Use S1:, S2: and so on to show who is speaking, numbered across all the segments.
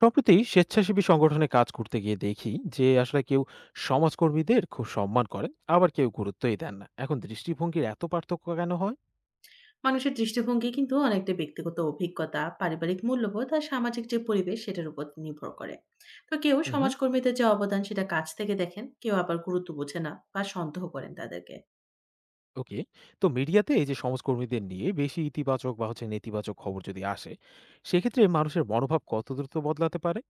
S1: সম্প্রতি স্বেচ্ছাসেবী সংগঠনে কাজ করতে গিয়ে দেখি যে আসলে কেউ সমাজকর্মীদের খুব সম্মান করেন আবার কেউ গুরুত্বই দেন না। এখন দৃষ্টিভঙ্গির এত পার্থক্য কেন হয়?
S2: মানুষের দৃষ্টিভঙ্গি কিন্তু অনেকটা ব্যক্তিগত অভিজ্ঞতা, পারিবারিক মূল্যবোধ আর সামাজিক যে পরিবেশ, সেটার উপর নির্ভর করে। তো কেউ
S1: হুম।
S2: সমাজকর্মীদের যে অবদান সেটা কাছ থেকে দেখেন, কেউ আবার গুরুত্ব বোঝে না বা সন্দেহ করেন তাদেরকে।
S1: ওকে। তো মিডিয়াতে এই যে সমাজকর্মীদের নিয়ে বেশি ইতিবাচক বা হচ্ছে নেতিবাচক খবর যদি আসে সেক্ষেত্রে মানুষের মনোভাব কত দ্রুত বদলাতে পারে?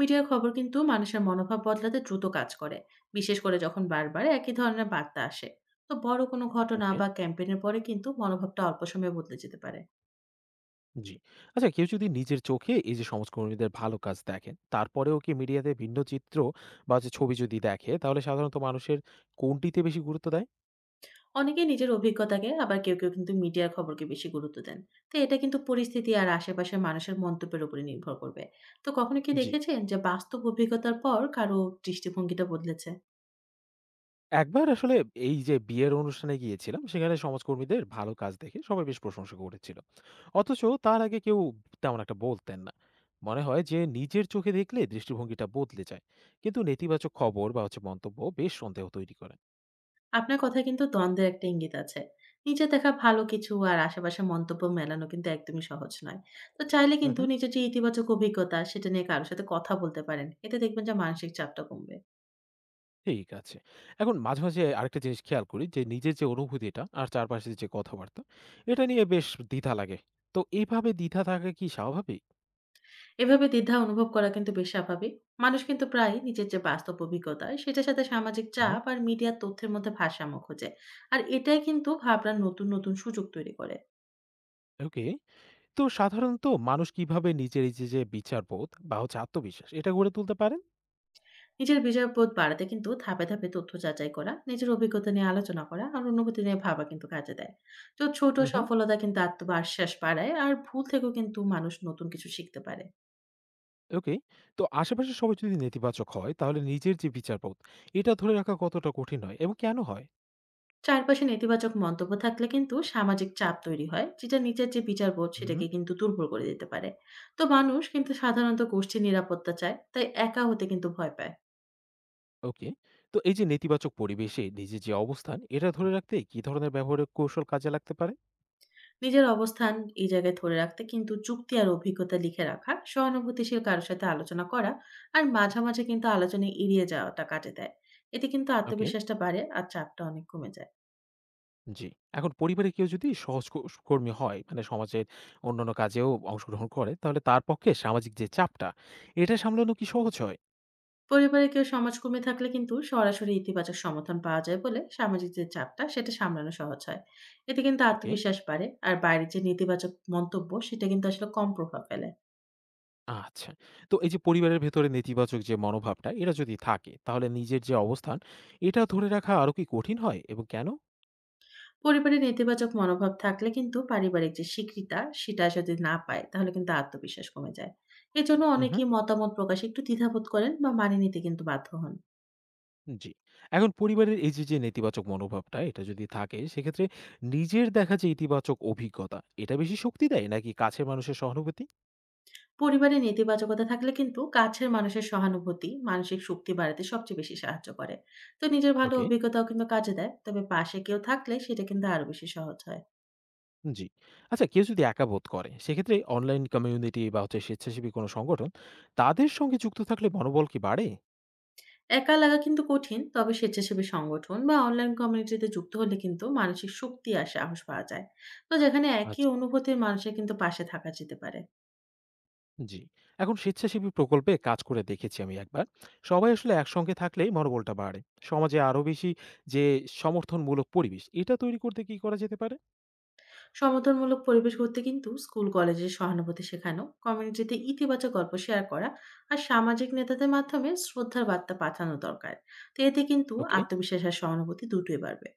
S2: মিডিয়ার খবর কিন্তু মানুষের মনোভাব বদলাতে দ্রুত কাজ করে, বিশেষ করে যখন বারবার একই ধরনের বার্তা আসে। তো বড় কোনো ঘটনা
S1: ওকে।
S2: বা ক্যাম্পেইনের পরে কিন্তু মনোভাবটা অল্প সময়ে বদলে যেতে পারে।
S1: জি। আচ্ছা, কেউ যদি নিজের চোখে এই যে সমাজকর্মীদের ভালো কাজ দেখেন তারপরেও কি মিডিয়াতে ভিন্ন চিত্র বা যে ছবি যদি দেখে তাহলে সাধারণত মানুষের কোনটিতে বেশি গুরুত্ব দেয়?
S2: অনেকে নিজের অভিজ্ঞতাকে, আবার কেউ কিন্তু মিডিয়ার খবরকে বেশি গুরুত্ব দেন। তো এটা কিন্তু পরিস্থিতি আর আশেপাশের মানুষের মন্তব্যের উপরে নির্ভর করবে। তো কখনো কি
S1: জি।
S2: দেখেছেন যে বাস্তব অভিজ্ঞতার পর কারো দৃষ্টিভঙ্গিটা বদলেছে?
S1: একবার আসলে এই যে বিয়ের অনুষ্ঠানে গিয়েছিলাম সেখানে সমাজকর্মীদের ভালো কাজ দেখে সবাই বেশ প্রশংসা করেছিল। অথচ তার আগে কেউ তেমন একটা বলতেন না। মনে হয় যে নিজের চোখে দেখলে দৃষ্টিভঙ্গিটা বদলে যায়, কিন্তু নেতিবাচক খবর বা হচ্ছে মন্তব্য বেশ সন্দেহ তৈরি করে।
S2: আপনার কথায় কিন্তু দ্বন্দ্বের একটা ইঙ্গিত আছে। নিজের দেখা ভালো কিছু আর আশেপাশের মন্তব্য মেলানো কিন্তু একদমই সহজ নয়। তো চাইলে কিন্তু
S1: হুম।
S2: নিজের যে ইতিবাচক অভিজ্ঞতা সেটা নিয়ে কারো সাথে কথা বলতে পারেন। এতে দেখবেন যে মানসিক চাপটা কমবে।
S1: ঠিক আছে। এখন মাঝে মাঝে আরেকটা জিনিস খেয়াল করি যে নিজের যে অনুভূতিটা আর চারপাশের যে কথাবার্তা এটা নিয়ে বেশ দ্বিধা লাগে। তো এইভাবে দ্বিধা থাকা কি স্বাভাবিক?
S2: এভাবে দ্বিধা অনুভব করা কিন্তু বেশ স্বাভাবিক। মানুষ কিন্তু প্রায়ই নিজের যে বাস্তব অভিজ্ঞতা, সেটার সাথে সামাজিক
S1: হুম।
S2: চাপ আর মিডিয়ার তথ্যের মধ্যে ভারসাম্য খোঁজে। আর এটাই কিন্তু ভাবনার নতুন, নতুন সুযোগ তৈরি করে।
S1: ওকে। তো সাধারণত মানুষ কিভাবে নিজের এই যে বিচারবোধ বা হচ্ছে আত্মবিশ্বাস এটা গড়ে তুলতে পারেন?
S2: নিজের বিজয়বোধ বাড়াতে কিন্তু ধাপে, ধাপে তথ্য যাচাই করা, নিজের অভিজ্ঞতা নিয়ে আলোচনা করা আর অনুভূতি নিয়ে ভাবা কিন্তু কাজে দেয়। তো ছোট
S1: উহু।
S2: সফলতা কিন্তু আত্মবিশ্বাস বাড়ায় আর ভুল থেকেও কিন্তু মানুষ নতুন কিছু শিখতে পারে।
S1: ওকে। তো আশেপাশের সবাই যদি নেতিবাচক হয় তাহলে নিজের যে বিচারবোধ এটা ধরে রাখা কতটা কঠিন হয় এবং কেন হয়?
S2: চারপাশে নেতিবাচক মন্তব্য থাকলে কিন্তু সামাজিক চাপ তৈরি হয়, যেটা নিজের যে বিচারবোধ
S1: উহু।
S2: সেটাকে কিন্তু দুর্বল করে দিতে পারে। তো মানুষ কিন্তু সাধারণত গোষ্ঠীর নিরাপত্তা চায়, তাই একা হতে কিন্তু ভয় পায়।
S1: ওকে। তো এই যে নেতিবাচক পরিবেশে নিজের যে অবস্থান এটা ধরে রাখতে কি ধরনের ব্যবহারিক কৌশল কাজে লাগতে পারে?
S2: নিজের অবস্থান এই জায়গায় ধরে রাখতে কিন্তু যুক্তি আর অভিজ্ঞতা লিখে রাখা, সহানুভূতিশীল কারোর সাথে আলোচনা করা আর মাঝামাঝি কিন্তু আলোচনা এড়িয়ে যাওয়াটা কাজে দেয়। এতে কিন্তু
S1: ওকে,
S2: আত্মবিশ্বাসটা বাড়ে আর চাপটা অনেক কমে যায়।
S1: জি। এখন পরিবারে কেউ যদি সহজকোষ কর্মী হয়, মানে সমাজের অন্যান্য কাজেও অংশগ্রহণ করে, তাহলে তার পক্ষে সামাজিক যে চাপটা এটা সামলানো কি সহজ হয়?
S2: পরিবারে কেউ সমাজকর্মী থাকলে কিন্তু সরাসরি ইতিবাচক সমর্থন পাওয়া যায় বলে সামাজিক যে চাপটা সেটা সামলানো সহজ হয়। এতে কিন্তু
S1: ওকে।
S2: আত্মবিশ্বাস বাড়ে আর বাইরের যে নেতিবাচক মন্তব্য সেটা কিন্তু আসলে কম প্রভাব ফেলে।
S1: আচ্ছা। তো এই যে পরিবারের ভেতরে নেতিবাচক যে মনোভাবটা, এটা যদি থাকে, তাহলে নিজের যে অবস্থান, এটা ধরে রাখা আরো কি কঠিন হয় এবং কেন?
S2: পরিবারে নেতিবাচক মনোভাব থাকলে কিন্তু পারিবারিক যে স্বীকৃতা সেটা যদি না পায় তাহলে কিন্তু আত্মবিশ্বাস কমে যায়। এজন্য
S1: উহু,
S2: অনেকেই মতামত প্রকাশে একটু দ্বিধাবোধ করেন বা মানিয়ে নিতে কিন্তু বাধ্য হন।
S1: জি। এখন পরিবারের এই যে নেতিবাচক মনোভাবটা, এটা যদি থাকে, সেক্ষেত্রে নিজের দেখা যে ইতিবাচক অভিজ্ঞতা, এটা বেশি শক্তি দেয় নাকি কাছের মানুষের সহানুভূতি?
S2: পরিবারে নেতিবাচকতা থাকলে কিন্তু কাছের মানুষের সহানুভূতি মানসিক শক্তি বাড়াতে সবচেয়ে বেশি সাহায্য করে। তো নিজের ভালো
S1: ওকে,
S2: অভিজ্ঞতাও কিন্তু কাজে দেয়, তবে পাশে কেউ থাকলে সেটা কিন্তু আরো বেশি সহজ হয়।
S1: জি। আচ্ছা, কেউ যদি একা বোধ করে, সেক্ষেত্রে অনলাইন কমিউনিটি বা হচ্ছে স্বেচ্ছাসেবী কোনো সংগঠন, তাদের সঙ্গে যুক্ত থাকলে মনোবল কি বাড়ে?
S2: একা লাগা কিন্তু কঠিন, তবে স্বেচ্ছাসেবী সংগঠন বা অনলাইন কমিউনিটিতে যুক্ত হলে কিন্তু মানসিক শক্তি আর সাহস পাওয়া যায়। তো যেখানে একই
S1: আচ্ছা।
S2: অনুভূতির মানুষের কিন্তু পাশে থাকা যেতে পারে।
S1: জি। এখন স্বেচ্ছাসেবী প্রকল্পে কাজ করে দেখেছি আমি একবার। সবাই আসলে একসঙ্গে থাকলেই মনোবলটা বাড়ে। সমাজে আরো বেশি যে সমর্থনমূলক পরিবেশ, এটা তৈরি করতে কি করা যেতে পারে?
S2: সমর্থনমূলক পরিবেশ গড়তে কিন্তু স্কুল কলেজে সহানুভূতি শেখানো, কমিউনিটিতে ইতিবাচক গল্প শেয়ার করা আর সামাজিক নেতাদের মাধ্যমে শ্রদ্ধার বার্তা পাঠানো দরকার। তো এতে কিন্তু
S1: ওকে,
S2: আত্মবিশ্বাস আর সহানুভূতি দুটোই বাড়বে।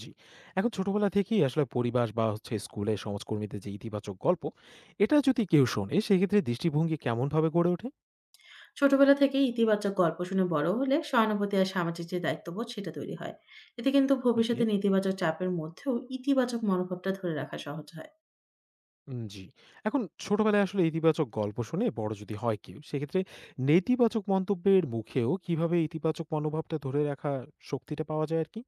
S1: জি। এখন ছোটবেলা থেকেই আসলে পরিবার বা হচ্ছে স্কুলে সমাজকর্মীদের যে ইতিবাচক গল্প, এটা যদি কেউ শোনে সেক্ষেত্রে দৃষ্টিভঙ্গি কেমনভাবে গড়ে ওঠে?
S2: ছোটবেলা থেকে ইতিবাচক গল্প শুনে বড় হলে সহানুভূতি আর সামাজিক যে দায়িত্ববোধ সেটা তৈরি হয়। এতে কিন্তু
S1: ওকে,
S2: ভবিষ্যতে নেতিবাচক চাপের মধ্যেও ইতিবাচক মনোভাবটা ধরে রাখা সহজ হয়।
S1: উম জি। এখন ছোটবেলায় আসলে ইতিবাচক গল্প শুনে বড় যদি হয় কেউ, সেক্ষেত্রে নেতিবাচক মন্তব্যের মুখেও কিভাবে ইতিবাচক মনোভাবটা ধরে রাখার শক্তিটা পাওয়া যায় আরকি?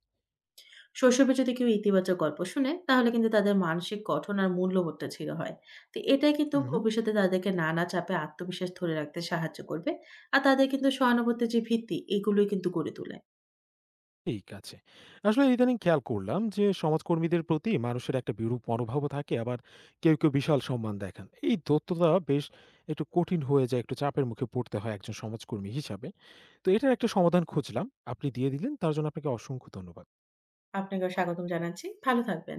S2: শৈশবে যদি কেউ ইতিবাচক গল্প শোনে তাহলে কিন্তু তাদের মানসিক গঠন আর মূল্যবোধটা ছিল হয়। তো এটাই কিন্তু
S1: হুম।
S2: ভবিষ্যতে তাদেরকে নানা চাপে আত্মবিশ্বাস ধরে রাখতে সাহায্য করবে। আর তাদের কিন্তু সহানুভূতির যে ভিত্তি এগুলোই কিন্তু গড়ে তোলে।
S1: ঠিক আছে। আসলে ইদানিং খেয়াল করলাম যে সমাজকর্মীদের প্রতি মানুষের একটা বিরূপ মনোভাবও থাকে, আবার কেউ, কেউ বিশাল সম্মান দেখান। এই দ্বৈততা বেশ একটু কঠিন হয়ে যায়, একটু চাপের মুখে পড়তে হয় একজন সমাজকর্মী হিসাবে। তো এটার একটা সমাধান খুঁজলাম। আপনি দিয়ে দিলেন। তার জন্য আপনাকে অসংখ্য ধন্যবাদ।
S2: আপনাকে স্বাগতম জানাচ্ছি। ভালো থাকবেন।